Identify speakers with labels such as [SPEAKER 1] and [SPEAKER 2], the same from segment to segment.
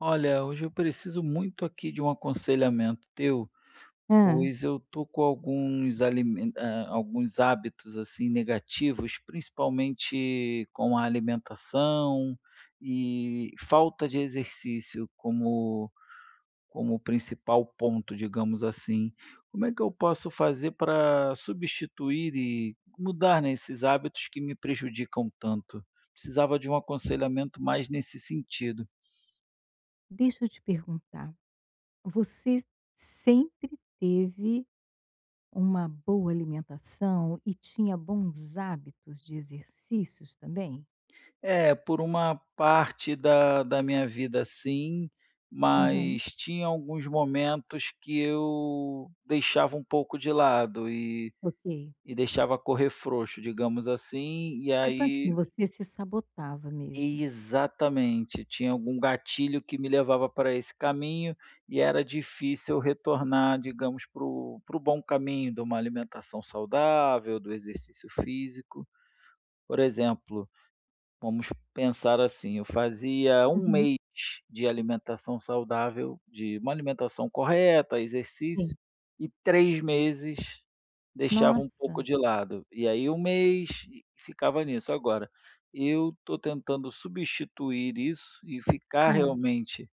[SPEAKER 1] Olha, hoje eu preciso muito aqui de um aconselhamento teu,
[SPEAKER 2] Hã.
[SPEAKER 1] pois eu tô com alguns hábitos, assim, negativos, principalmente com a alimentação e falta de exercício como principal ponto, digamos assim. Como é que eu posso fazer para substituir e mudar, né, esses hábitos que me prejudicam tanto? Precisava de um aconselhamento mais nesse sentido.
[SPEAKER 2] Deixa eu te perguntar, você sempre teve uma boa alimentação e tinha bons hábitos de exercícios também?
[SPEAKER 1] É, por uma parte da minha vida, sim,
[SPEAKER 2] Aham.
[SPEAKER 1] mas tinha alguns momentos que eu deixava um pouco de lado e
[SPEAKER 2] Ok.
[SPEAKER 1] deixava correr frouxo, digamos assim, e
[SPEAKER 2] Tipo assim,
[SPEAKER 1] aí
[SPEAKER 2] você se sabotava mesmo?
[SPEAKER 1] exatamente, tinha algum gatilho que me levava para esse caminho e era difícil eu retornar, digamos, para o bom caminho de uma alimentação saudável, do exercício físico. Por exemplo, vamos pensar assim, eu fazia um
[SPEAKER 2] Uhum.
[SPEAKER 1] mês de alimentação saudável, de uma alimentação correta, exercício,
[SPEAKER 2] Sim.
[SPEAKER 1] e 3 meses deixava um
[SPEAKER 2] Nossa.
[SPEAKER 1] pouco de lado. E aí um mês, e ficava nisso. Agora, eu estou tentando substituir isso e ficar
[SPEAKER 2] Hã.
[SPEAKER 1] realmente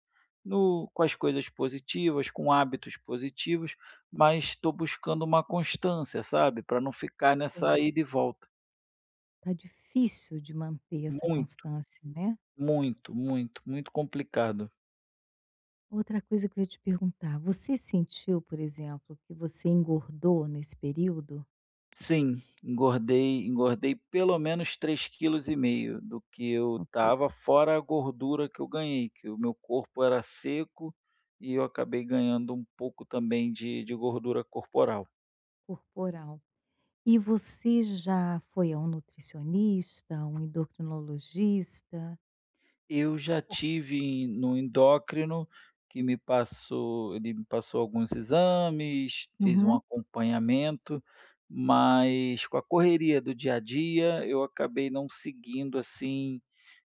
[SPEAKER 1] no com as coisas positivas, com hábitos positivos, mas estou buscando uma constância, sabe, para não ficar nessa
[SPEAKER 2] Sim.
[SPEAKER 1] ida e volta.
[SPEAKER 2] Tá difícil de manter essa
[SPEAKER 1] Muito.
[SPEAKER 2] constância, né.
[SPEAKER 1] Muito, muito, muito complicado.
[SPEAKER 2] Outra coisa que eu ia te perguntar, você sentiu, por exemplo, que você engordou nesse período?
[SPEAKER 1] Sim, engordei pelo menos três quilos e meio kg do que eu
[SPEAKER 2] Ok,
[SPEAKER 1] estava, fora a gordura que eu ganhei, que o meu corpo era seco, e eu acabei ganhando um pouco também de gordura corporal.
[SPEAKER 2] corporal. E você já foi a um nutricionista, a um endocrinologista?
[SPEAKER 1] Eu já tive no endócrino, que me passou ele me passou alguns exames, fez um
[SPEAKER 2] Uhum.
[SPEAKER 1] acompanhamento, mas com a correria do dia a dia eu acabei não seguindo assim.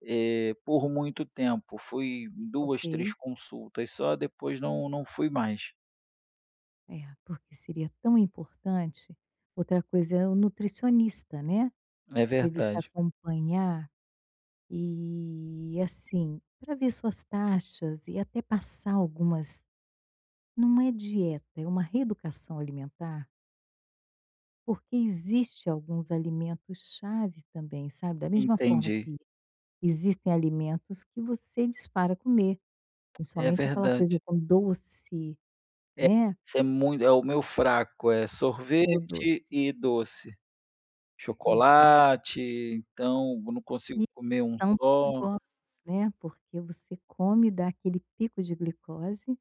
[SPEAKER 1] Por muito tempo, fui em
[SPEAKER 2] Ok,
[SPEAKER 1] 2, 3 consultas só, depois não fui mais.
[SPEAKER 2] é, porque seria tão importante. Outra coisa é o nutricionista, né,
[SPEAKER 1] É
[SPEAKER 2] para ele te
[SPEAKER 1] verdade.
[SPEAKER 2] acompanhar e, assim, para ver suas taxas e até passar algumas, não é dieta, é uma reeducação alimentar, porque existe alguns alimentos chave também, sabe, da mesma forma
[SPEAKER 1] Entendi.
[SPEAKER 2] que existem alimentos que você dispara comer.
[SPEAKER 1] É
[SPEAKER 2] Principalmente aquela coisa
[SPEAKER 1] verdade.
[SPEAKER 2] com doce,
[SPEAKER 1] É,
[SPEAKER 2] né,
[SPEAKER 1] isso é muito é o meu fraco, é
[SPEAKER 2] ou doce.
[SPEAKER 1] sorvete e doce,
[SPEAKER 2] Pois é.
[SPEAKER 1] chocolate, então eu não consigo
[SPEAKER 2] E
[SPEAKER 1] comer um
[SPEAKER 2] são
[SPEAKER 1] só.
[SPEAKER 2] perigosos, né, porque você come, dá aquele pico de glicose,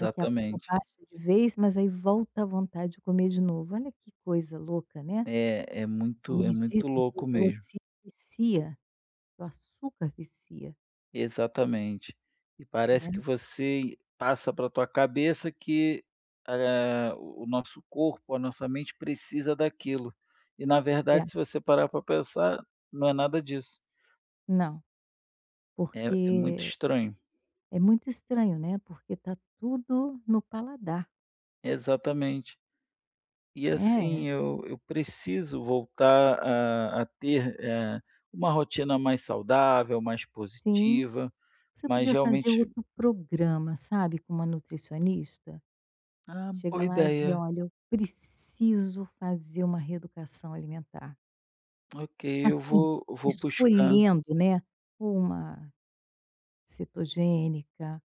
[SPEAKER 2] daqui a pouco baixa de vez, mas aí volta a vontade de comer de novo. Olha que coisa louca, né.
[SPEAKER 1] É, é
[SPEAKER 2] Como
[SPEAKER 1] muito é
[SPEAKER 2] eles
[SPEAKER 1] muito
[SPEAKER 2] dizem que o
[SPEAKER 1] louco mesmo.
[SPEAKER 2] doce vicia, que o açúcar vicia,
[SPEAKER 1] Exatamente. E parece
[SPEAKER 2] né.
[SPEAKER 1] que você passa pra tua cabeça que, o nosso corpo, a nossa mente, precisa daquilo. E na
[SPEAKER 2] É.
[SPEAKER 1] verdade, se você parar para pensar, não é nada disso.
[SPEAKER 2] Não,
[SPEAKER 1] É muito
[SPEAKER 2] porque
[SPEAKER 1] estranho.
[SPEAKER 2] é muito estranho, né, porque tá tudo no paladar,
[SPEAKER 1] Exatamente. E assim,
[SPEAKER 2] né.
[SPEAKER 1] eu preciso voltar a ter, uma rotina mais saudável, mais
[SPEAKER 2] Sim.
[SPEAKER 1] positiva.
[SPEAKER 2] Você
[SPEAKER 1] Mas
[SPEAKER 2] podia fazer
[SPEAKER 1] realmente
[SPEAKER 2] outro programa, sabe, com uma nutricionista.
[SPEAKER 1] Ah,
[SPEAKER 2] Chega
[SPEAKER 1] boa
[SPEAKER 2] lá e dizer:
[SPEAKER 1] ideia.
[SPEAKER 2] "Olha, eu preciso fazer uma reeducação alimentar".
[SPEAKER 1] Ok, eu
[SPEAKER 2] Assim,
[SPEAKER 1] vou eu vou buscar.
[SPEAKER 2] escolhendo, né, ou uma cetogênica,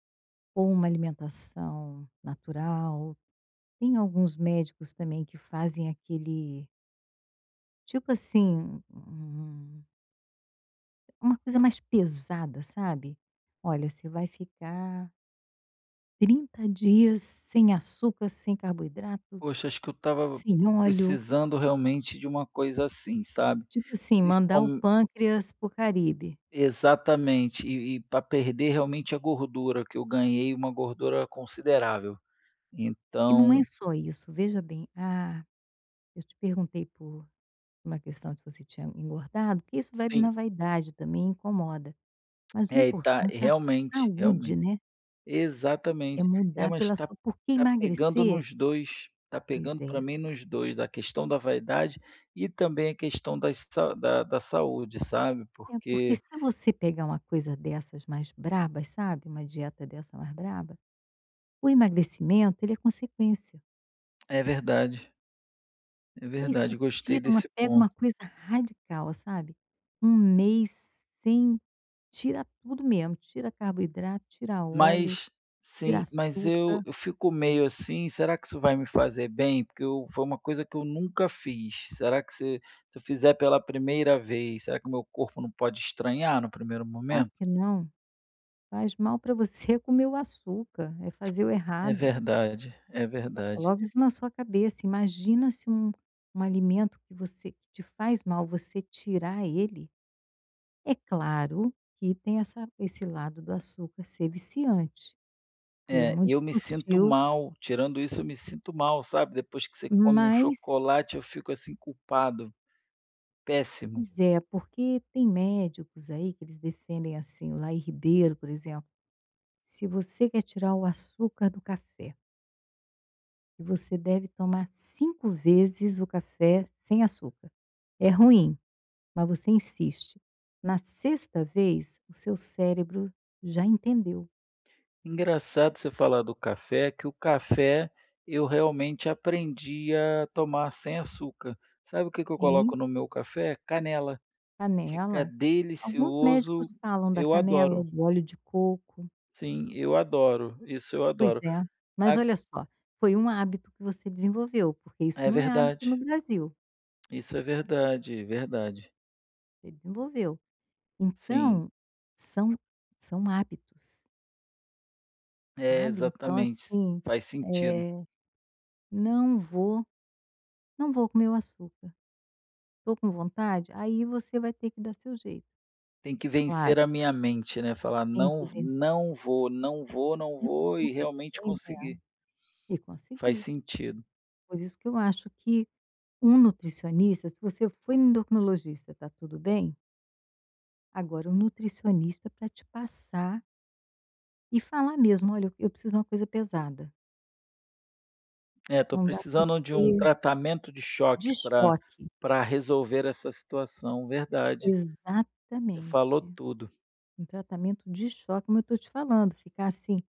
[SPEAKER 2] ou uma alimentação natural. Tem alguns médicos também que fazem aquele tipo assim, uma coisa mais pesada, sabe. "Olha, você vai ficar 30 dias sem açúcar, sem carboidrato,
[SPEAKER 1] Poxa, acho que eu estava
[SPEAKER 2] sim, óleo.
[SPEAKER 1] precisando realmente de uma coisa assim, sabe.
[SPEAKER 2] Tipo assim, mandar o
[SPEAKER 1] Principalmen
[SPEAKER 2] pâncreas para o Caribe.
[SPEAKER 1] Exatamente, e para perder realmente a gordura, que eu ganhei uma gordura considerável.
[SPEAKER 2] E não é
[SPEAKER 1] Então
[SPEAKER 2] só isso, veja bem, eu te perguntei por uma questão de você tinha engordado, porque isso vai
[SPEAKER 1] sim,
[SPEAKER 2] na vaidade também, incomoda. Mas o
[SPEAKER 1] é, e tá
[SPEAKER 2] importante é a
[SPEAKER 1] realmente,
[SPEAKER 2] saúde,
[SPEAKER 1] realmente.
[SPEAKER 2] né, é
[SPEAKER 1] Exatamente. É,
[SPEAKER 2] mudar
[SPEAKER 1] mas
[SPEAKER 2] pela
[SPEAKER 1] tá
[SPEAKER 2] sua, porque
[SPEAKER 1] tá pegando
[SPEAKER 2] emagrecer,
[SPEAKER 1] nos 2, tá
[SPEAKER 2] pois
[SPEAKER 1] pegando para
[SPEAKER 2] é.
[SPEAKER 1] mim nos 2, a questão da vaidade e também a questão das sa da da saúde, sabe,
[SPEAKER 2] É, porque
[SPEAKER 1] porque
[SPEAKER 2] se você pegar uma coisa dessas mais brabas, sabe, uma dieta dessa mais braba, o emagrecimento, ele é consequência.
[SPEAKER 1] é verdade, é
[SPEAKER 2] E aí você
[SPEAKER 1] verdade, gostei
[SPEAKER 2] tira uma
[SPEAKER 1] desse
[SPEAKER 2] pega
[SPEAKER 1] ponto.
[SPEAKER 2] uma coisa radical, sabe. Um mês sem tira tudo mesmo, tira carboidrato, tira óleo,
[SPEAKER 1] Mas
[SPEAKER 2] tira
[SPEAKER 1] sim, eu
[SPEAKER 2] açúcar.
[SPEAKER 1] eu fico meio assim: "Será que isso vai me fazer bem?", porque eu foi uma coisa que eu nunca fiz. Será que se eu fizer pela primeira vez, será que o meu corpo não pode estranhar no primeiro
[SPEAKER 2] Claro
[SPEAKER 1] momento?
[SPEAKER 2] que não, faz mal para você comer o açúcar, é fazer o
[SPEAKER 1] É
[SPEAKER 2] errado.
[SPEAKER 1] verdade, é verdade.
[SPEAKER 2] Coloque isso na sua cabeça, imagina se um alimento que te faz mal, você tirar ele. É claro que tem essa esse lado do açúcar ser viciante, e é
[SPEAKER 1] É, e
[SPEAKER 2] muito
[SPEAKER 1] eu me sinto
[SPEAKER 2] sutil,
[SPEAKER 1] mal, tirando isso eu me sinto mal, sabe. Depois que você come um
[SPEAKER 2] mas
[SPEAKER 1] chocolate eu fico assim culpado, péssimo.
[SPEAKER 2] pois é, porque tem médicos aí que eles defendem assim, o Laí Ribeiro, por exemplo, se você quer tirar o açúcar do café, você deve tomar 5 vezes o café sem açúcar. É ruim, mas você insiste. Na sexta vez, o seu cérebro já entendeu.
[SPEAKER 1] Engraçado você falar do café, que o café eu realmente aprendi a tomar sem açúcar. Sabe o que que eu
[SPEAKER 2] Sim,
[SPEAKER 1] coloco no meu café? Canela. Fica
[SPEAKER 2] canela. Alguns médicos
[SPEAKER 1] delicioso,
[SPEAKER 2] falam da
[SPEAKER 1] eu
[SPEAKER 2] canela,
[SPEAKER 1] adoro.
[SPEAKER 2] do óleo de coco.
[SPEAKER 1] Sim, eu adoro, isso eu
[SPEAKER 2] Pois
[SPEAKER 1] adoro.
[SPEAKER 2] é. Mas
[SPEAKER 1] A
[SPEAKER 2] olha só, foi um hábito que você desenvolveu, porque isso
[SPEAKER 1] É
[SPEAKER 2] não é hábito no
[SPEAKER 1] verdade,
[SPEAKER 2] Brasil.
[SPEAKER 1] isso é verdade, é verdade.
[SPEAKER 2] Ele desenvolveu.
[SPEAKER 1] Sim,
[SPEAKER 2] Então, são são hábitos,
[SPEAKER 1] é,
[SPEAKER 2] sabe. Então
[SPEAKER 1] exatamente,
[SPEAKER 2] assim,
[SPEAKER 1] faz sentido.
[SPEAKER 2] eh, não vou não vou comer o açúcar. Estou com vontade? Aí você vai ter que dar seu jeito.
[SPEAKER 1] Tem que
[SPEAKER 2] Claro,
[SPEAKER 1] vencer a minha mente, né, falar:
[SPEAKER 2] tem que
[SPEAKER 1] "Não,
[SPEAKER 2] vencer
[SPEAKER 1] não vou, não vou, não
[SPEAKER 2] e
[SPEAKER 1] vou", e
[SPEAKER 2] luta
[SPEAKER 1] realmente
[SPEAKER 2] também, né.
[SPEAKER 1] conseguir.
[SPEAKER 2] E
[SPEAKER 1] Faz
[SPEAKER 2] conseguir.
[SPEAKER 1] sentido.
[SPEAKER 2] Por isso que eu acho que um nutricionista, se você foi no endocrinologista, tá tudo bem, agora o nutricionista para te passar e falar mesmo: "Olha, eu preciso de uma coisa pesada,
[SPEAKER 1] É, estou
[SPEAKER 2] não dá para
[SPEAKER 1] precisando de um
[SPEAKER 2] ser
[SPEAKER 1] tratamento de
[SPEAKER 2] de
[SPEAKER 1] choque para
[SPEAKER 2] choque".
[SPEAKER 1] para resolver essa situação, verdade. Você falou
[SPEAKER 2] Exatamente.
[SPEAKER 1] tudo.
[SPEAKER 2] Um tratamento de choque, como eu estou te falando, ficar assim,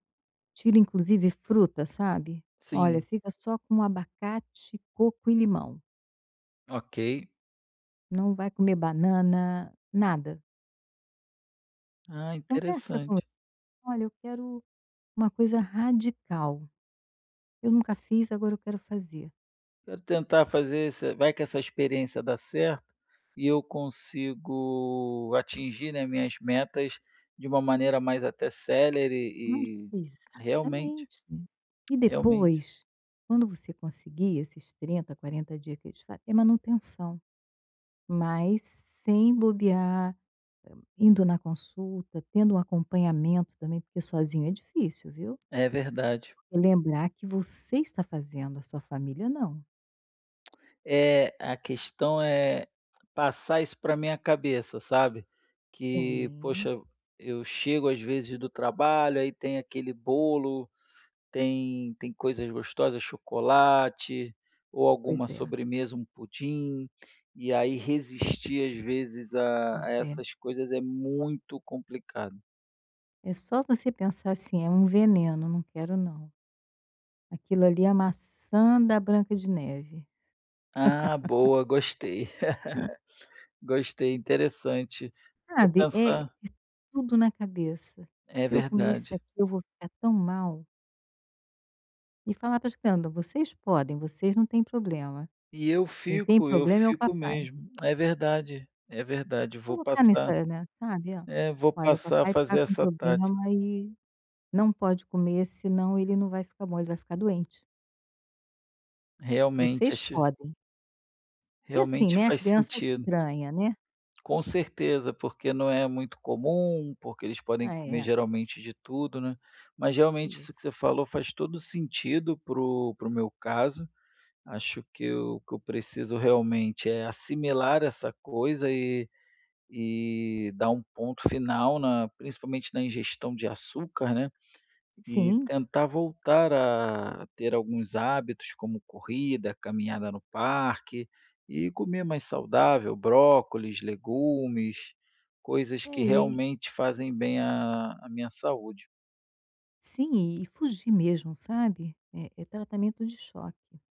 [SPEAKER 2] tira inclusive fruta, sabe. Olha,
[SPEAKER 1] Sim,
[SPEAKER 2] fica só com abacate, coco e limão,
[SPEAKER 1] ok.
[SPEAKER 2] não vai comer banana, nada.
[SPEAKER 1] Ah,
[SPEAKER 2] Conversa com ele:
[SPEAKER 1] interessante.
[SPEAKER 2] "Olha, eu quero uma coisa radical, eu nunca fiz, agora eu quero fazer".
[SPEAKER 1] Quero tentar fazer esse vai que essa experiência dá certo e eu consigo atingir, né, minhas metas de uma maneira mais até célere
[SPEAKER 2] Mas
[SPEAKER 1] e realmente,
[SPEAKER 2] exatamente. E
[SPEAKER 1] realmente.
[SPEAKER 2] depois, quando você conseguir esses 30-40 dias que eles fa é manutenção, mas sem bobear. Indo na consulta, tendo um acompanhamento também, porque sozinho é difícil, viu.
[SPEAKER 1] É verdade.
[SPEAKER 2] E lembrar que você está fazendo, a sua família não.
[SPEAKER 1] É, a questão é passar isso para minha cabeça, sabe? Que,
[SPEAKER 2] Sim,
[SPEAKER 1] poxa, eu chego às vezes do trabalho, aí tem aquele bolo, tem coisas gostosas, chocolate ou
[SPEAKER 2] pois
[SPEAKER 1] alguma
[SPEAKER 2] é,
[SPEAKER 1] sobremesa, um pudim, e aí resistir às vezes a
[SPEAKER 2] pois
[SPEAKER 1] a
[SPEAKER 2] é.
[SPEAKER 1] essas coisas é muito complicado.
[SPEAKER 2] É só você pensar assim: "É um veneno, não quero não". Aquilo ali é a maçã da Branca de Neve,
[SPEAKER 1] Ah, boa, gostei, gostei, interessante. Vou
[SPEAKER 2] sabe, é
[SPEAKER 1] pensar.
[SPEAKER 2] tudo na cabeça.
[SPEAKER 1] É
[SPEAKER 2] "Se eu comer isso
[SPEAKER 1] verdade.
[SPEAKER 2] aqui, eu vou ficar tão mal". E falar para as crianças: "Vocês podem, vocês não têm problema.
[SPEAKER 1] E
[SPEAKER 2] Quem tem
[SPEAKER 1] eu
[SPEAKER 2] problema é o
[SPEAKER 1] fico
[SPEAKER 2] papai".
[SPEAKER 1] mesmo. É verdade, é verdade. Vou
[SPEAKER 2] Colocar
[SPEAKER 1] passar
[SPEAKER 2] nessa, né, sabe, ó:
[SPEAKER 1] é, vou
[SPEAKER 2] "Olha,
[SPEAKER 1] passar a
[SPEAKER 2] papai está
[SPEAKER 1] fazer
[SPEAKER 2] com
[SPEAKER 1] essa
[SPEAKER 2] problema
[SPEAKER 1] tática.
[SPEAKER 2] e não pode comer, senão ele não vai ficar bom, ele vai ficar doente.
[SPEAKER 1] Realmente,
[SPEAKER 2] Vocês
[SPEAKER 1] acho
[SPEAKER 2] podem". E assim,
[SPEAKER 1] realmente
[SPEAKER 2] né, a
[SPEAKER 1] faz
[SPEAKER 2] criança
[SPEAKER 1] sentido.
[SPEAKER 2] estranha, né.
[SPEAKER 1] Com certeza, porque não é muito comum, porque eles podem
[SPEAKER 2] Ah,
[SPEAKER 1] comer
[SPEAKER 2] é,
[SPEAKER 1] geralmente de tudo, né. Mas realmente isso que
[SPEAKER 2] isso.
[SPEAKER 1] você falou faz todo sentido pro meu caso. Acho que o que eu preciso realmente é assimilar essa coisa e dar um ponto final na principalmente na ingestão de açúcar, né. E
[SPEAKER 2] Sim,
[SPEAKER 1] tentar voltar a ter alguns hábitos, como corrida, caminhada no parque, e comer mais saudável, brócolis, legumes, coisas
[SPEAKER 2] é,
[SPEAKER 1] que
[SPEAKER 2] e
[SPEAKER 1] realmente fazem bem à minha saúde.
[SPEAKER 2] sim, e fugir mesmo, sabe. É tratamento de choque.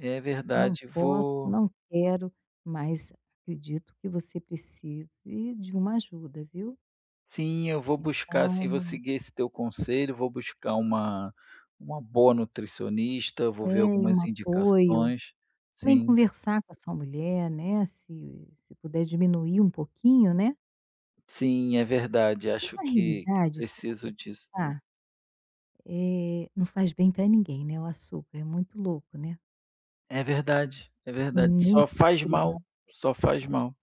[SPEAKER 1] É
[SPEAKER 2] "Não
[SPEAKER 1] verdade,
[SPEAKER 2] posso,
[SPEAKER 1] vou
[SPEAKER 2] não quero, mas acredito que você precise de uma ajuda, viu.
[SPEAKER 1] sim, eu vou buscar, sim,
[SPEAKER 2] Então".
[SPEAKER 1] vou seguir esse teu conselho, vou buscar uma boa nutricionista,
[SPEAKER 2] É,
[SPEAKER 1] vou ver
[SPEAKER 2] e um
[SPEAKER 1] algumas
[SPEAKER 2] apoio.
[SPEAKER 1] indicações.
[SPEAKER 2] Também
[SPEAKER 1] Sim,
[SPEAKER 2] conversar com a sua mulher, né, se puder diminuir um pouquinho, né.
[SPEAKER 1] sim, é verdade,
[SPEAKER 2] Porque
[SPEAKER 1] acho
[SPEAKER 2] na
[SPEAKER 1] que
[SPEAKER 2] realidade, se você
[SPEAKER 1] preciso disso.
[SPEAKER 2] pensar, não faz bem para ninguém, né, o açúcar, é muito louco, né.
[SPEAKER 1] É verdade, é verdade.
[SPEAKER 2] Hum. Nem
[SPEAKER 1] Só
[SPEAKER 2] para as
[SPEAKER 1] faz mal,
[SPEAKER 2] crianças
[SPEAKER 1] só faz
[SPEAKER 2] faz,
[SPEAKER 1] mal.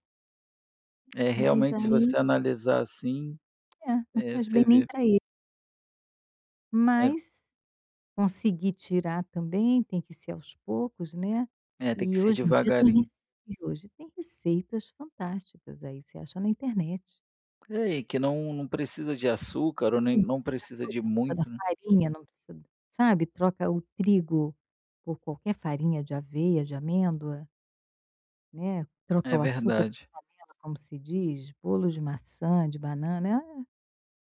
[SPEAKER 1] É,
[SPEAKER 2] mas
[SPEAKER 1] realmente, se
[SPEAKER 2] aí
[SPEAKER 1] você analisar assim,
[SPEAKER 2] é, não faz
[SPEAKER 1] você
[SPEAKER 2] bem nem
[SPEAKER 1] vê.
[SPEAKER 2] para ele.
[SPEAKER 1] É
[SPEAKER 2] Mas conseguir tirar também tem que ser aos poucos, né.
[SPEAKER 1] é, tem que
[SPEAKER 2] E
[SPEAKER 1] ser
[SPEAKER 2] hoje em dia
[SPEAKER 1] devagarinho.
[SPEAKER 2] tem receitas fantásticas aí, você acha na internet.
[SPEAKER 1] É, e que não precisa de açúcar, ou
[SPEAKER 2] Tem
[SPEAKER 1] nem
[SPEAKER 2] muito
[SPEAKER 1] não
[SPEAKER 2] de
[SPEAKER 1] precisa
[SPEAKER 2] açúcar,
[SPEAKER 1] de
[SPEAKER 2] não precisa da
[SPEAKER 1] muito, né.
[SPEAKER 2] farinha, não precisa d sabe, troca o trigo por qualquer farinha de aveia, de amêndoa, né, troca
[SPEAKER 1] É
[SPEAKER 2] o açúcar por
[SPEAKER 1] verdade,
[SPEAKER 2] canela, como se diz, bolo de maçã, de banana,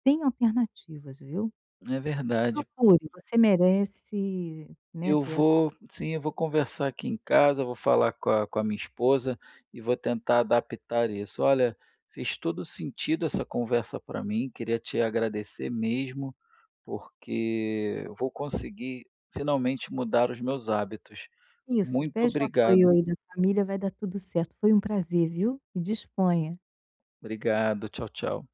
[SPEAKER 2] tem alternativas, viu.
[SPEAKER 1] é verdade.
[SPEAKER 2] Procure, você merece, né,
[SPEAKER 1] Eu
[SPEAKER 2] ter essa.
[SPEAKER 1] vou, sim, eu vou conversar aqui em casa, vou falar com a minha esposa e vou tentar adaptar isso. Olha, fez todo sentido essa conversa para mim, queria te agradecer mesmo. Porque eu vou conseguir finalmente mudar os meus hábitos.
[SPEAKER 2] Isso,
[SPEAKER 1] Muito
[SPEAKER 2] pede o apoio
[SPEAKER 1] obrigado.
[SPEAKER 2] aí da família, vai dar tudo certo. Foi um prazer, viu, e disponha.
[SPEAKER 1] Obrigado. Tchau, tchau.